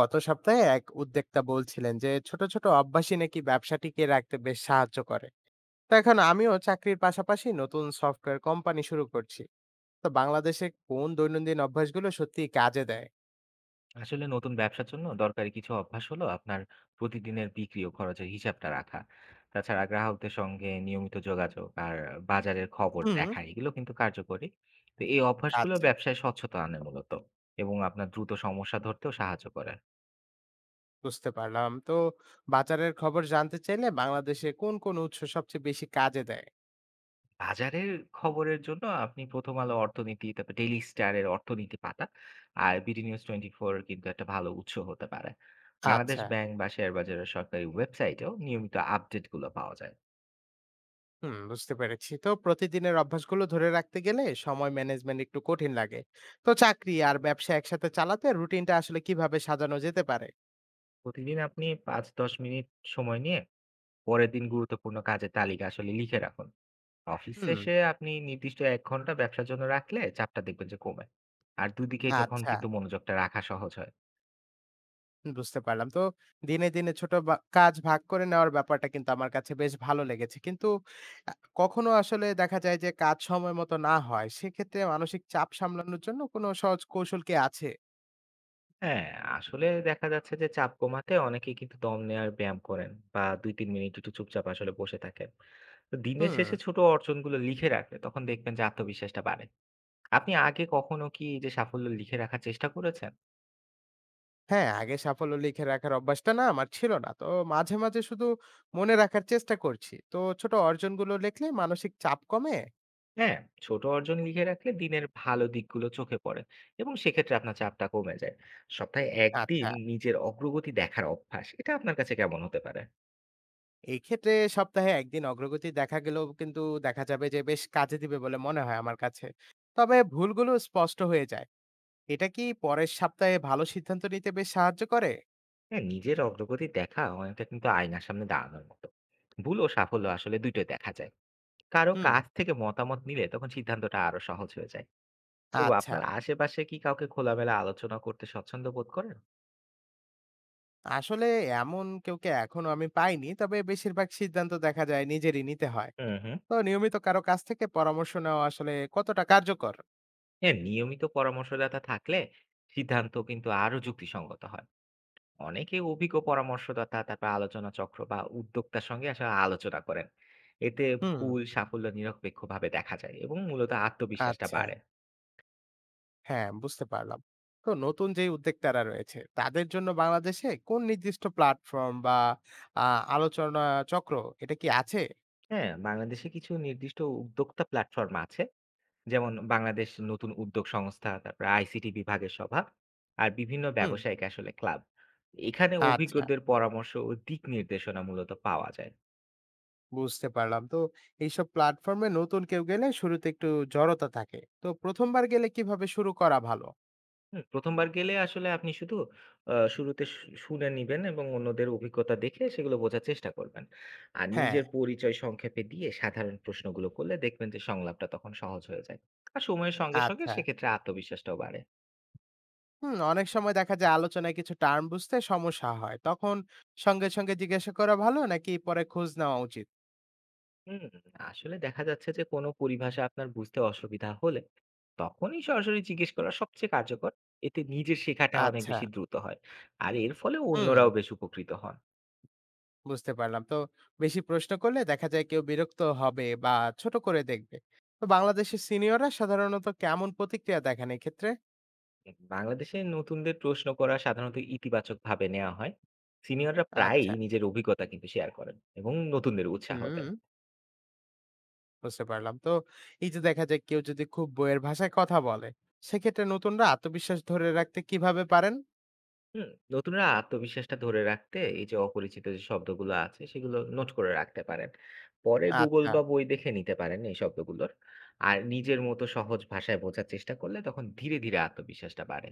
গত সপ্তাহে এক উদ্যোক্তা বলছিলেন যে ছোট ছোট অভ্যাসই নাকি ব্যবসা টিকিয়ে রাখতে বেশ সাহায্য করে। তো এখন আমিও চাকরির পাশাপাশি নতুন সফটওয়্যার কোম্পানি শুরু করছি। তো বাংলাদেশে কোন দৈনন্দিন অভ্যাসগুলো সত্যি কাজে দেয়? আসলে নতুন ব্যবসার জন্য দরকারি কিছু অভ্যাস হলো আপনার প্রতিদিনের বিক্রি ও খরচের হিসাবটা রাখা। তাছাড়া গ্রাহকদের সঙ্গে নিয়মিত যোগাযোগ আর বাজারের খবর হুম। দেখা এগুলো কিন্তু কার্যকরী। তো এই অভ্যাসগুলো আচ্ছা। ব্যবসায় স্বচ্ছতা আনে মূলত এবং আপনার দ্রুত সমস্যা ধরতেও সাহায্য করে। বুঝতে পারলাম। তো বাজারের খবর জানতে চাইলে বাংলাদেশে কোন কোন উৎস সবচেয়ে বেশি কাজে দেয়? বাজারের খবরের জন্য আপনি প্রথম আলো অর্থনীতি, তারপর ডেইলি স্টারের অর্থনীতি পাতা আর বিডি নিউজ টোয়েন্টি ফোর কিন্তু একটা ভালো উৎস হতে পারে। বাংলাদেশ আচ্ছা। ব্যাংক বা শেয়ার বাজারের সরকারি ওয়েবসাইটেও নিয়মিত আপডেটগুলো পাওয়া যায়। হুম, বুঝতে পেরেছি। তো প্রতিদিনের অভ্যাসগুলো ধরে রাখতে গেলে সময় ম্যানেজমেন্ট একটু কঠিন লাগে। তো চাকরি আর ব্যবসা একসাথে চালাতে রুটিনটা আসলে কিভাবে সাজানো যেতে পারে? প্রতিদিন আপনি ৫-১০ মিনিট সময় নিয়ে পরের দিন গুরুত্বপূর্ণ কাজের তালিকা আসলে লিখে রাখুন। অফিস হুম। শেষে আপনি নির্দিষ্ট ১ ঘন্টা ব্যবসার জন্য রাখলে চাপটা দেখবেন যে কমে। আর দুদিকে তখন আচ্ছা, কিন্তু মনোযোগটা রাখা সহজ হয়। বুঝতে পারলাম। তো দিনে, দিনে ছোট বা কাজ ভাগ করে নেওয়ার ব্যাপারটা কিন্তু আমার কাছে বেশ ভালো লেগেছে। কিন্তু আ কখনো আসলে দেখা যায় যে কাজ সময় মতো না হয়, সেক্ষেত্রে মানসিক চাপ সামলানোর জন্য কোনো সহজ কৌশল কি আছে? হ্যাঁ, আসলে দেখা যাচ্ছে যে চাপ কমাতে অনেকেই কিন্তু দম নেওয়ার ব্যায়াম করেন বা ২-৩ মিনিট একটু চুপচাপ আসলে বসে থাকেন। তো দিনের হুম। শেষে ছোট অর্জনগুলো লিখে রাখলে তখন দেখবেন যে আত্মবিশ্বাসটা বাড়ে। আপনি আগে কখনো কি এই যে সাফল্য লিখে রাখার চেষ্টা করেছেন? হ্যাঁ, আগে সাফল্য লিখে রাখার অভ্যাসটা না আমার ছিল না। তো মাঝে, মাঝে শুধু মনে রাখার চেষ্টা করছি। তো ছোট অর্জনগুলো লিখলে মানসিক চাপ কমে? হ্যাঁ, ছোট অর্জন লিখে রাখলে দিনের ভালো দিকগুলো চোখে পড়ে এবং সেক্ষেত্রে আপনার চাপটা কমে যায়। সপ্তাহে ১ আচ্ছা। দিন নিজের অগ্রগতি দেখার অভ্যাস, এটা আপনার কাছে কেমন হতে পারে? এই ক্ষেত্রে সপ্তাহে একদিন অগ্রগতি দেখা গেলেও কিন্তু দেখা যাবে যে বেশ কাজে দিবে বলে মনে হয় আমার কাছে। তবে ভুলগুলো স্পষ্ট হয়ে যায়। এটা কি পরের সপ্তাহে ভালো সিদ্ধান্ত নিতে বেশ সাহায্য করে? হ্যাঁ, নিজের অগ্রগতি দেখা অনেকটা কিন্তু আয়নার সামনে দাঁড়ানোর মতো। ভুল ও সাফল্য আসলে দুইটাই দেখা যায়। কারো হুম। কাছ থেকে মতামত নিলে তখন সিদ্ধান্তটা আরো সহজ হয়ে যায়। তো আচ্ছা, আপনার আশেপাশে কি কাউকে খোলামেলা আলোচনা করতে স্বচ্ছন্দ বোধ করেন? আসলে এমন কাউকে এখনো আমি পাইনি। তবে বেশিরভাগ সিদ্ধান্ত দেখা যায় নিজেরই নিতে হয়। হুম, হুম। তো নিয়মিত কারো কাছ থেকে পরামর্শ নেওয়া আসলে কতটা কার্যকর? হ্যাঁ, নিয়মিত পরামর্শদাতা থাকলে সিদ্ধান্ত কিন্তু আরো যুক্তিসঙ্গত হয়। অনেকে অভিজ্ঞ পরামর্শদাতা, তারপর আলোচনা চক্র বা উদ্যোক্তার সঙ্গে আসলে আলোচনা করেন। এতে হুম। ভুল সাফল্য নিরপেক্ষভাবে দেখা যায় এবং মূলত আত্মবিশ্বাসটা আচ্ছা। বাড়ে। হ্যাঁ, বুঝতে পারলাম। তো নতুন যে উদ্যোক্তারা রয়েছে তাদের জন্য বাংলাদেশে কোন নির্দিষ্ট প্ল্যাটফর্ম বা আ আলোচনা চক্র এটা কি আছে? হ্যাঁ, বাংলাদেশে কিছু নির্দিষ্ট উদ্যোক্তা প্ল্যাটফর্ম আছে, যেমন বাংলাদেশ নতুন উদ্যোগ সংস্থা, তারপর আইসিটি বিভাগের সভা আর বিভিন্ন হুম। ব্যবসায়িক আসলে ক্লাব। এখানে আচ্ছা, অভিজ্ঞদের পরামর্শ ও দিক নির্দেশনা মূলত পাওয়া যায়। বুঝতে পারলাম। তো এইসব প্ল্যাটফর্মে নতুন কেউ গেলে শুরুতে একটু জড়তা থাকে। তো ১ম বার গেলে কিভাবে শুরু করা ভালো? হুম, ১ম বার গেলে আসলে আপনি শুধু শুরুতে শুনে নিবেন এবং অন্যদের অভিজ্ঞতা দেখে সেগুলো বোঝার চেষ্টা করবেন। আর হ্যাঁ। নিজের পরিচয় সংক্ষেপে দিয়ে সাধারণ প্রশ্নগুলো করলে দেখবেন যে সংলাপটা তখন সহজ হয়ে যায়। আর সময়ের সঙ্গে, সঙ্গে আচ্ছা। সেক্ষেত্রে আত্মবিশ্বাসটাও বাড়ে। হুম, অনেক সময় দেখা যায় আলোচনায় কিছু টার্ম বুঝতে সমস্যা হয়। তখন সঙ্গে, সঙ্গে জিজ্ঞাসা করা ভালো নাকি পরে খোঁজ নেওয়া উচিত? হুম, আসলে দেখা যাচ্ছে যে কোনো পরিভাষা আপনার বুঝতে অসুবিধা হলে তখনই সরাসরি জিজ্ঞেস করা সবচেয়ে কার্যকর। এতে নিজের শেখাটা অনেক আচ্ছা, বেশি দ্রুত হয়। আর এর ফলে হুম। অন্যরাও বেশ উপকৃত হন। বুঝতে পারলাম। তো বেশি প্রশ্ন করলে দেখা যায় কেউ বিরক্ত হবে বা ছোট করে দেখবে। তো বাংলাদেশের সিনিয়ররা সাধারণত কেমন প্রতিক্রিয়া দেখান এক্ষেত্রে? বাংলাদেশে নতুনদের প্রশ্ন করা সাধারণত ইতিবাচক ভাবে নেওয়া হয়। সিনিয়ররা আচ্ছা। প্রায়ই নিজের অভিজ্ঞতা কিন্তু শেয়ার করেন এবং নতুনদের উৎসাহ হুম, দেন। বুঝতে পারলাম। তো এই যে দেখা যায় কেউ যদি খুব বইয়ের ভাষায় কথা বলে, সেক্ষেত্রে নতুনরা আত্মবিশ্বাস ধরে রাখতে কিভাবে পারেন? হুম, নতুনরা আত্মবিশ্বাসটা ধরে রাখতে এই যে অপরিচিত যে শব্দগুলো আছে সেগুলো নোট করে রাখতে পারেন। পরে গুগল আচ্ছা। বা বই দেখে নিতে পারেন এই শব্দগুলোর। আর নিজের মতো সহজ ভাষায় বোঝার চেষ্টা করলে তখন ধীরে ধীরে আত্মবিশ্বাসটা বাড়ে।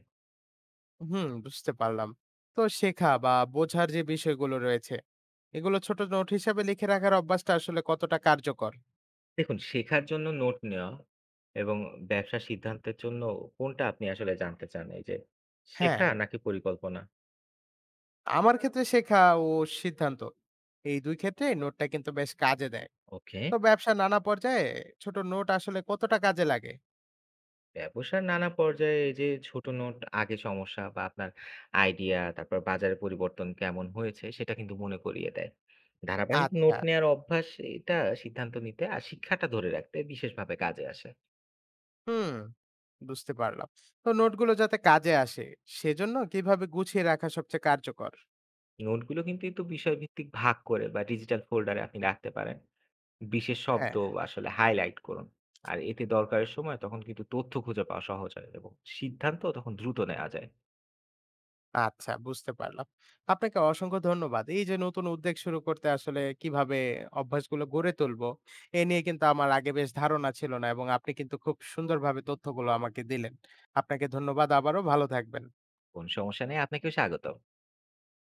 হুম, বুঝতে পারলাম। তো শেখা বা বোঝার যে বিষয়গুলো রয়েছে, এগুলো ছোট নোট হিসাবে লিখে রাখার অভ্যাসটা আসলে কতটা কার্যকর? দেখুন, শেখার জন্য নোট নেওয়া এবং ব্যবসা সিদ্ধান্তের জন্য কোনটা আপনি আসলে জানতে চান, এই যে হ্যাঁ। শেখা নাকি পরিকল্পনা? আমার ক্ষেত্রে শেখা ও সিদ্ধান্ত এই দুই ক্ষেত্রে নোটটা কিন্তু বেশ কাজে দেয়। ওকে। তো ব্যবসা নানা পর্যায়ে ছোট নোট আসলে কতটা কাজে লাগে? ব্যবসার নানা পর্যায়ে এই যে ছোট নোট, আগে সমস্যা বা আপনার আইডিয়া, তারপর বাজারের পরিবর্তন কেমন হয়েছে সেটা কিন্তু মনে করিয়ে দেয়। ধারাবাহিক আচ্ছা। নোট নেয়ার অভ্যাস, এটা সিদ্ধান্ত নিতে আর শিক্ষাটা ধরে রাখতে বিশেষভাবে কাজে আসে। হুম, বুঝতে পারলাম। তো নোটগুলো যাতে কাজে আসে সেজন্য কিভাবে গুছিয়ে রাখা সবচেয়ে কার্যকর? নোটগুলো কিন্তু একটু বিষয়ভিত্তিক ভাগ করে বা ডিজিটাল ফোল্ডারে আপনি রাখতে পারেন। বিশেষ শব্দ হ্যাঁ। আসলে হাইলাইট করুন। আর এতে দরকারের সময় তখন কিন্তু তথ্য খুঁজে পাওয়া সহজ হয় এবং সিদ্ধান্ত তখন দ্রুত নেওয়া যায়। আচ্ছা, বুঝতে পারলাম। আপনাকে অসংখ্য ধন্যবাদ। এই যে নতুন উদ্যোগ শুরু করতে আসলে কিভাবে অভ্যাসগুলো গড়ে তুলবো এ নিয়ে কিন্তু আমার আগে বেশ ধারণা ছিল না, এবং আপনি কিন্তু খুব সুন্দরভাবে তথ্যগুলো আমাকে দিলেন। আপনাকে ধন্যবাদ আবারও। ভালো থাকবেন। কোন সমস্যা নেই, আপনাকেও স্বাগতম।